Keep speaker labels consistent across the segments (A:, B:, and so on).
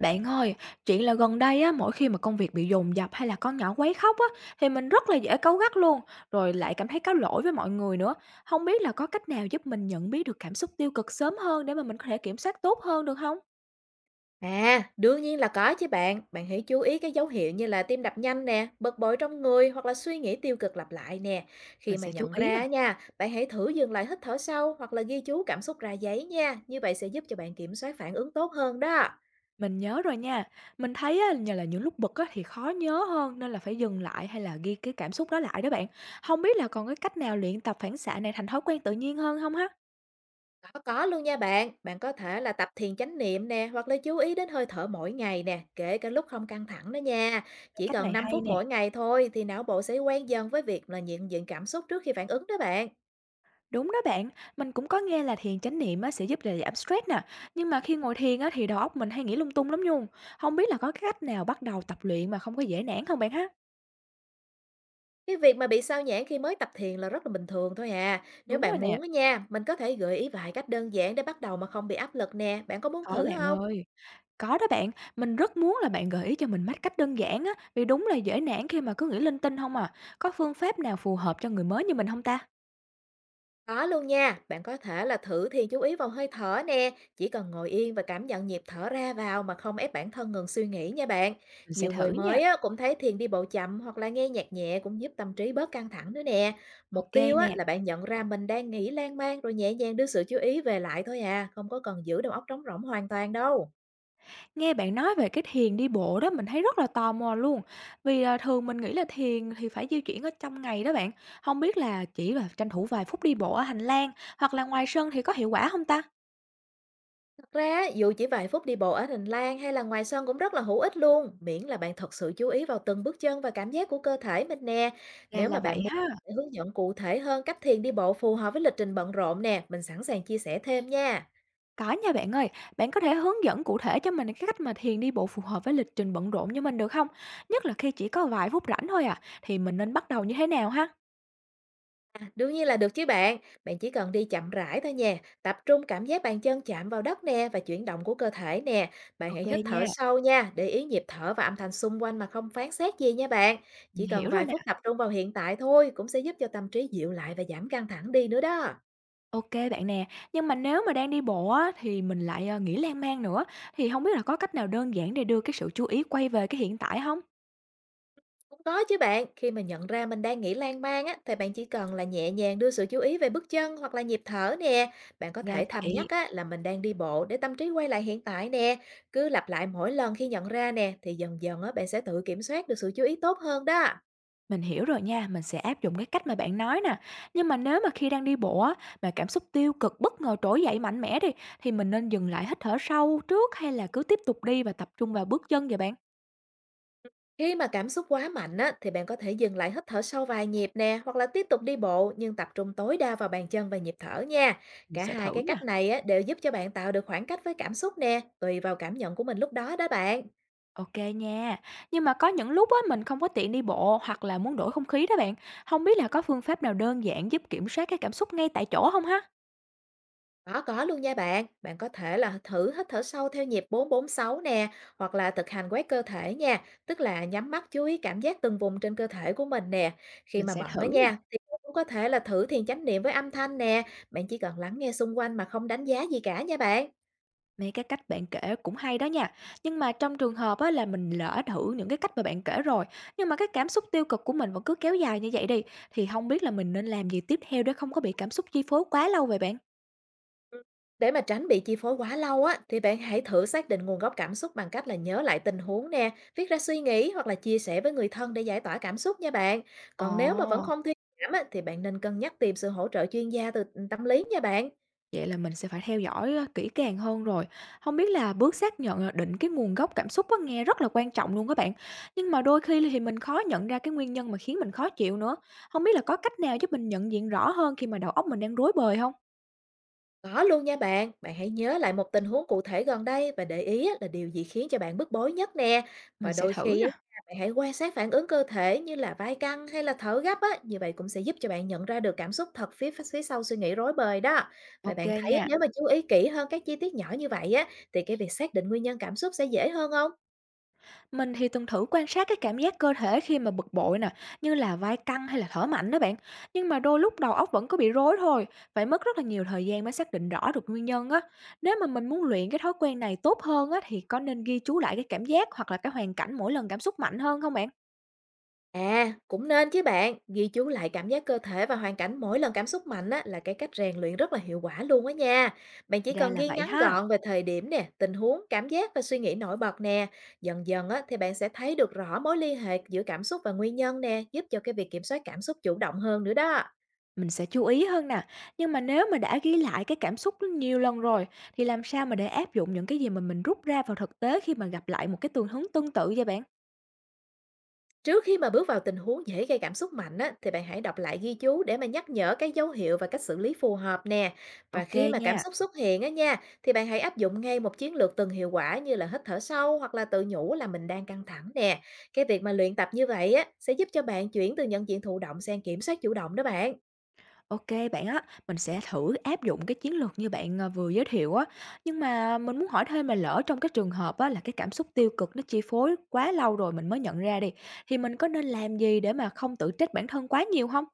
A: Bạn ơi, chuyện là gần đây á, mỗi khi mà công việc bị dồn dập hay là con nhỏ quấy khóc á, thì mình rất là dễ cáu gắt luôn, rồi lại cảm thấy cáo lỗi với mọi người nữa. Không biết là có cách nào giúp mình nhận biết được cảm xúc tiêu cực sớm hơn để mà mình có thể kiểm soát tốt hơn được không?
B: À, đương nhiên là có chứ bạn. Bạn hãy chú ý cái dấu hiệu như là tim đập nhanh nè, bực bội trong người hoặc là suy nghĩ tiêu cực lặp lại nè. Khi
A: Mình
B: mà
A: sẽ chú
B: nhận
A: ý
B: ra
A: nè.
B: á nha, bạn hãy thử dừng lại hít thở sâu hoặc là ghi chú cảm xúc ra giấy nha. Như vậy sẽ giúp cho bạn kiểm soát phản ứng tốt hơn đó.
A: Mình nhớ rồi nha. Mình thấy á, nhờ là những lúc bực á, thì khó nhớ hơn nên là phải dừng lại hay là ghi cái cảm xúc đó lại đó bạn. Không biết là còn cái cách nào luyện tập phản xạ này thành thói quen tự nhiên hơn không ha?
B: Có luôn nha bạn. Bạn có thể là tập thiền chánh niệm nè, hoặc là chú ý đến hơi thở mỗi ngày nè, kể cả lúc không căng thẳng đó nha.
A: Cái
B: Chỉ
A: cách
B: cần
A: này
B: 5
A: hay
B: phút
A: nè.
B: mỗi ngày thôi thì não bộ sẽ quen dần với việc là nhận diện cảm xúc trước khi phản ứng đó bạn.
A: Đúng đó bạn, mình cũng có nghe là thiền chánh niệm á, sẽ giúp là giảm stress nè, nhưng mà khi ngồi thiền á, thì đầu óc mình hay nghĩ lung tung lắm nhung, không biết là có cái cách nào bắt đầu tập luyện mà không có dễ nản không bạn ha?
B: Cái việc mà bị sao nhãng khi mới tập thiền là rất là bình thường thôi à. Nếu
A: Đúng rồi
B: bạn
A: nè,
B: muốn á nha, mình có thể gợi ý vài cách đơn giản để bắt đầu mà không bị áp lực nè. Bạn có muốn
A: có
B: thử
A: bạn
B: không?
A: ơi. Có đó bạn, mình rất muốn là bạn gợi ý cho mình mấy cách đơn giản á, vì đúng là dễ nản khi mà cứ nghĩ linh tinh không à. Có phương pháp nào phù hợp cho người mới như mình không ta?
B: Có luôn nha. Bạn có thể là thử thiền chú ý vào hơi thở nè. Chỉ cần ngồi yên và cảm nhận nhịp thở ra vào mà không ép bản thân ngừng suy nghĩ nha bạn.
A: Mình sẽ
B: Nhiều người
A: thử nha.
B: mới á, cũng thấy thiền đi bộ chậm hoặc là nghe nhạc nhẹ cũng giúp tâm trí bớt căng thẳng nữa nè. Mục
A: Ok
B: tiêu á,
A: nè.
B: là bạn nhận ra mình đang nghĩ lan man rồi nhẹ nhàng đưa sự chú ý về lại thôi à. Không có cần giữ đầu óc trống rỗng hoàn toàn đâu.
A: Nghe bạn nói về cái thiền đi bộ đó mình thấy rất là tò mò luôn. Vì, thường mình nghĩ là thiền thì phải di chuyển ở trong ngày đó bạn, không biết là chỉ là tranh thủ vài phút đi bộ ở hành lang hoặc là ngoài sân thì có hiệu quả không ta?
B: Thật ra dù chỉ vài phút đi bộ ở hành lang hay là ngoài sân cũng rất là hữu ích luôn, miễn là bạn thật sự chú ý vào từng bước chân và cảm giác của cơ thể mình nè.
A: Ra
B: Nếu
A: là
B: mà bạn
A: vậy
B: muốn
A: ha.
B: hướng dẫn cụ thể hơn cách thiền đi bộ phù hợp với lịch trình bận rộn nè, mình sẵn sàng chia sẻ thêm nha.
A: Có nha bạn ơi, bạn có thể hướng dẫn cụ thể cho mình cái cách mà thiền đi bộ phù hợp với lịch trình bận rộn như mình được không? Nhất là khi chỉ có vài phút rảnh thôi à, thì mình nên bắt đầu như thế nào ha?
B: Đương nhiên là được chứ bạn. Bạn chỉ cần đi chậm rãi thôi nha, tập trung cảm giác bàn chân chạm vào đất nè và chuyển động của cơ thể nè. Bạn hãy
A: Ok
B: hít thở
A: nha,
B: sâu nha, để ý nhịp thở và âm thanh xung quanh mà không phán xét gì nha bạn. Chỉ
A: mình
B: cần
A: hiểu rồi
B: vài
A: nè.
B: phút tập trung vào hiện tại thôi cũng sẽ giúp cho tâm trí dịu lại và giảm căng thẳng đi nữa đó.
A: OK bạn nè, nhưng mà nếu mà đang đi bộ á, thì mình lại, nghĩ lan man nữa, thì không biết là có cách nào đơn giản để đưa cái sự chú ý quay về cái hiện tại không?
B: Cũng có chứ bạn, khi mà nhận ra mình đang nghĩ lan man á, thì bạn chỉ cần là nhẹ nhàng đưa sự chú ý về bước chân hoặc là nhịp thở nè. Bạn có
A: Ra
B: thể thầm nhắc
A: vậy,
B: á, là mình đang đi bộ để tâm trí quay lại hiện tại nè. Cứ lặp lại mỗi lần khi nhận ra nè, thì dần dần á, bạn sẽ tự kiểm soát được sự chú ý tốt hơn đó.
A: mình hiểu rồi nha, mình sẽ áp dụng cái cách mà bạn nói nè. Nhưng mà nếu mà khi đang đi bộ á, mà cảm xúc tiêu cực bất ngờ trỗi dậy mạnh mẽ đi, thì mình nên dừng lại hít thở sâu trước hay là cứ tiếp tục đi và tập trung vào bước chân vậy bạn?
B: Khi mà cảm xúc quá mạnh á, thì bạn có thể dừng lại hít thở sâu vài nhịp nè, hoặc là tiếp tục đi bộ nhưng tập trung tối đa vào bàn chân và nhịp thở nha.
A: Mình
B: Cả
A: sẽ
B: hai
A: thử
B: cái
A: nha.
B: cách này á, đều giúp cho bạn tạo được khoảng cách với cảm xúc nè, tùy vào cảm nhận của mình lúc đó đó bạn.
A: OK nha. Nhưng mà có những lúc á, mình không có tiện đi bộ hoặc là muốn đổi không khí đó bạn. Không biết là có phương pháp nào đơn giản giúp kiểm soát cái cảm xúc ngay tại chỗ không ha?
B: Có luôn nha bạn. Bạn có thể là thử hít thở sâu theo nhịp 446 nè, hoặc là thực hành quét cơ thể nha, tức là nhắm mắt chú ý cảm giác từng vùng trên cơ thể của mình nè. Khi
A: Mình
B: mà
A: sẽ
B: bận á
A: thử nè.
B: nha, thì bạn cũng có thể là thử thiền chánh niệm với âm thanh nè. Bạn chỉ cần lắng nghe xung quanh mà không đánh giá gì cả nha bạn.
A: Mấy cái cách bạn kể cũng hay đó nha. Nhưng mà trong trường hợp á, là mình lỡ thử những cái cách mà bạn kể rồi, nhưng mà cái cảm xúc tiêu cực của mình vẫn cứ kéo dài như vậy đi, thì không biết là mình nên làm gì tiếp theo để không có bị cảm xúc chi phối quá lâu vậy bạn?
B: Ừm, để mà tránh bị chi phối quá lâu á, thì bạn hãy thử xác định nguồn gốc cảm xúc bằng cách là nhớ lại tình huống nè, viết ra suy nghĩ hoặc là chia sẻ với người thân để giải tỏa cảm xúc nha bạn.
A: Ồ.
B: Còn nếu mà vẫn không thuyên giảm á, thì bạn nên cân nhắc tìm sự hỗ trợ chuyên gia từ tâm lý nha bạn.
A: Vậy là mình sẽ phải theo dõi, kỹ càng hơn rồi. Không biết là bước xác nhận, định cái nguồn gốc cảm xúc á, nghe rất là quan trọng luôn các bạn. Nhưng mà đôi khi thì mình khó nhận ra cái nguyên nhân mà khiến mình khó chịu nữa. Không biết là có cách nào giúp mình nhận diện rõ hơn khi mà đầu óc mình đang rối bời không?
B: Có luôn nha bạn, bạn hãy nhớ lại một tình huống cụ thể gần đây và để ý á, là điều gì khiến cho bạn bức bối nhất nè. Và
A: Mình sẽ
B: đôi
A: thử
B: khi á,
A: nè.
B: bạn hãy quan sát phản ứng cơ thể như là vai căng hay là thở gấp á, như vậy cũng sẽ giúp cho bạn nhận ra được cảm xúc thật phía phía sau suy nghĩ rối bời đó. Và
A: Ok
B: bạn thấy á,
A: nha.
B: nếu mà chú ý kỹ hơn các chi tiết nhỏ như vậy á, thì cái việc xác định nguyên nhân cảm xúc sẽ dễ hơn không?
A: Mình thì từng thử quan sát cái cảm giác cơ thể khi mà bực bội nè, như là vai căng hay là thở mạnh đó bạn. Nhưng mà đôi lúc đầu óc vẫn có bị rối thôi, phải mất rất là nhiều thời gian mới xác định rõ được nguyên nhân á. Nếu mà mình muốn luyện cái thói quen này tốt hơn á thì có nên ghi chú lại cái cảm giác hoặc là cái hoàn cảnh mỗi lần cảm xúc mạnh hơn không bạn?
B: À, cũng nên chứ bạn, ghi chú lại cảm giác cơ thể và hoàn cảnh mỗi lần cảm xúc mạnh á, là cái cách rèn luyện rất là hiệu quả luôn á nha. Bạn chỉ
A: Ra
B: cần
A: là
B: ghi
A: vậy
B: ngắn
A: ha.
B: gọn về thời điểm nè, tình huống, cảm giác và suy nghĩ nổi bật nè. Dần dần á, thì bạn sẽ thấy được rõ mối liên hệ giữa cảm xúc và nguyên nhân nè, giúp cho cái việc kiểm soát cảm xúc chủ động hơn nữa đó.
A: Mình sẽ chú ý hơn nè. Nhưng mà nếu mà đã ghi lại cái cảm xúc nhiều lần rồi thì làm sao mà để áp dụng những cái gì mà mình rút ra vào thực tế khi mà gặp lại một cái tình huống tương tự vậy bạn?
B: Trước khi mà bước vào tình huống dễ gây cảm xúc mạnh á, thì bạn hãy đọc lại ghi chú để mà nhắc nhở cái dấu hiệu và cách xử lý phù hợp nè. Và
A: Ok
B: khi mà cảm
A: nha.
B: xúc xuất hiện á nha, thì bạn hãy áp dụng ngay một chiến lược từng hiệu quả như là hít thở sâu hoặc là tự nhủ là mình đang căng thẳng nè. Cái việc mà luyện tập như vậy á sẽ giúp cho bạn chuyển từ nhận diện thụ động sang kiểm soát chủ động đó bạn.
A: OK bạn á, mình sẽ thử áp dụng cái chiến lược như bạn, vừa giới thiệu á. Nhưng mà mình muốn hỏi thêm là lỡ trong cái trường hợp á là cái cảm xúc tiêu cực nó chi phối quá lâu rồi mình mới nhận ra đi, thì mình có nên làm gì để mà không tự trách bản thân quá nhiều không?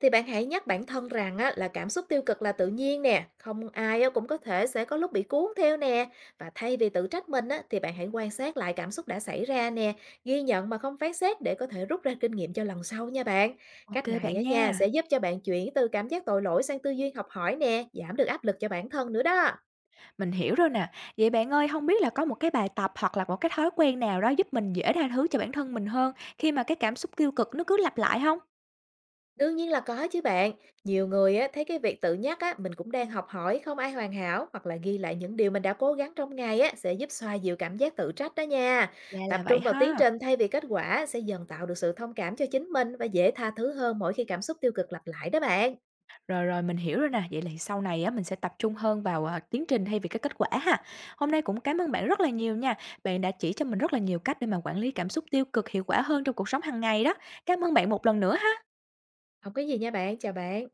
B: Thì bạn hãy nhắc bản thân rằng á, là cảm xúc tiêu cực là tự nhiên nè, không ai á, cũng có thể sẽ có lúc bị cuốn theo nè. Và thay vì tự trách mình á, thì bạn hãy quan sát lại cảm xúc đã xảy ra nè, ghi nhận mà không phán xét để có thể rút ra kinh nghiệm cho lần sau nha bạn. Cách
A: OK
B: này
A: bạn
B: á nha sẽ
A: nha,
B: giúp cho bạn chuyển từ cảm giác tội lỗi sang tư duy học hỏi nè, giảm được áp lực cho bản thân nữa đó.
A: mình hiểu rồi nè. Vậy bạn ơi, không biết là có một cái bài tập hoặc là một cái thói quen nào đó giúp mình dễ tha thứ cho bản thân mình hơn khi mà cái cảm xúc tiêu cực nó cứ lặp lại không?
B: Đương nhiên là có chứ bạn. Nhiều người á, thấy cái việc tự nhắc á, mình cũng đang học hỏi không ai hoàn hảo hoặc là ghi lại những điều mình đã cố gắng trong ngày á, sẽ giúp xoa dịu cảm giác tự trách đó nha.
A: Ra
B: Tập
A: là vậy
B: trung vào tiến
A: ha.
B: trình thay vì kết quả sẽ dần tạo được sự thông cảm cho chính mình và dễ tha thứ hơn mỗi khi cảm xúc tiêu cực lặp lại đó bạn.
A: Rồi, rồi, mình hiểu rồi nè, vậy là sau này á mình sẽ tập trung hơn vào, tiến trình thay vì cái kết quả ha. Hôm nay cũng cảm ơn bạn rất là nhiều nha, bạn đã chỉ cho mình rất là nhiều cách để mà quản lý cảm xúc tiêu cực hiệu quả hơn trong cuộc sống hàng ngày đó. Cảm ơn bạn một lần nữa ha.
B: Không có gì nha bạn, chào bạn.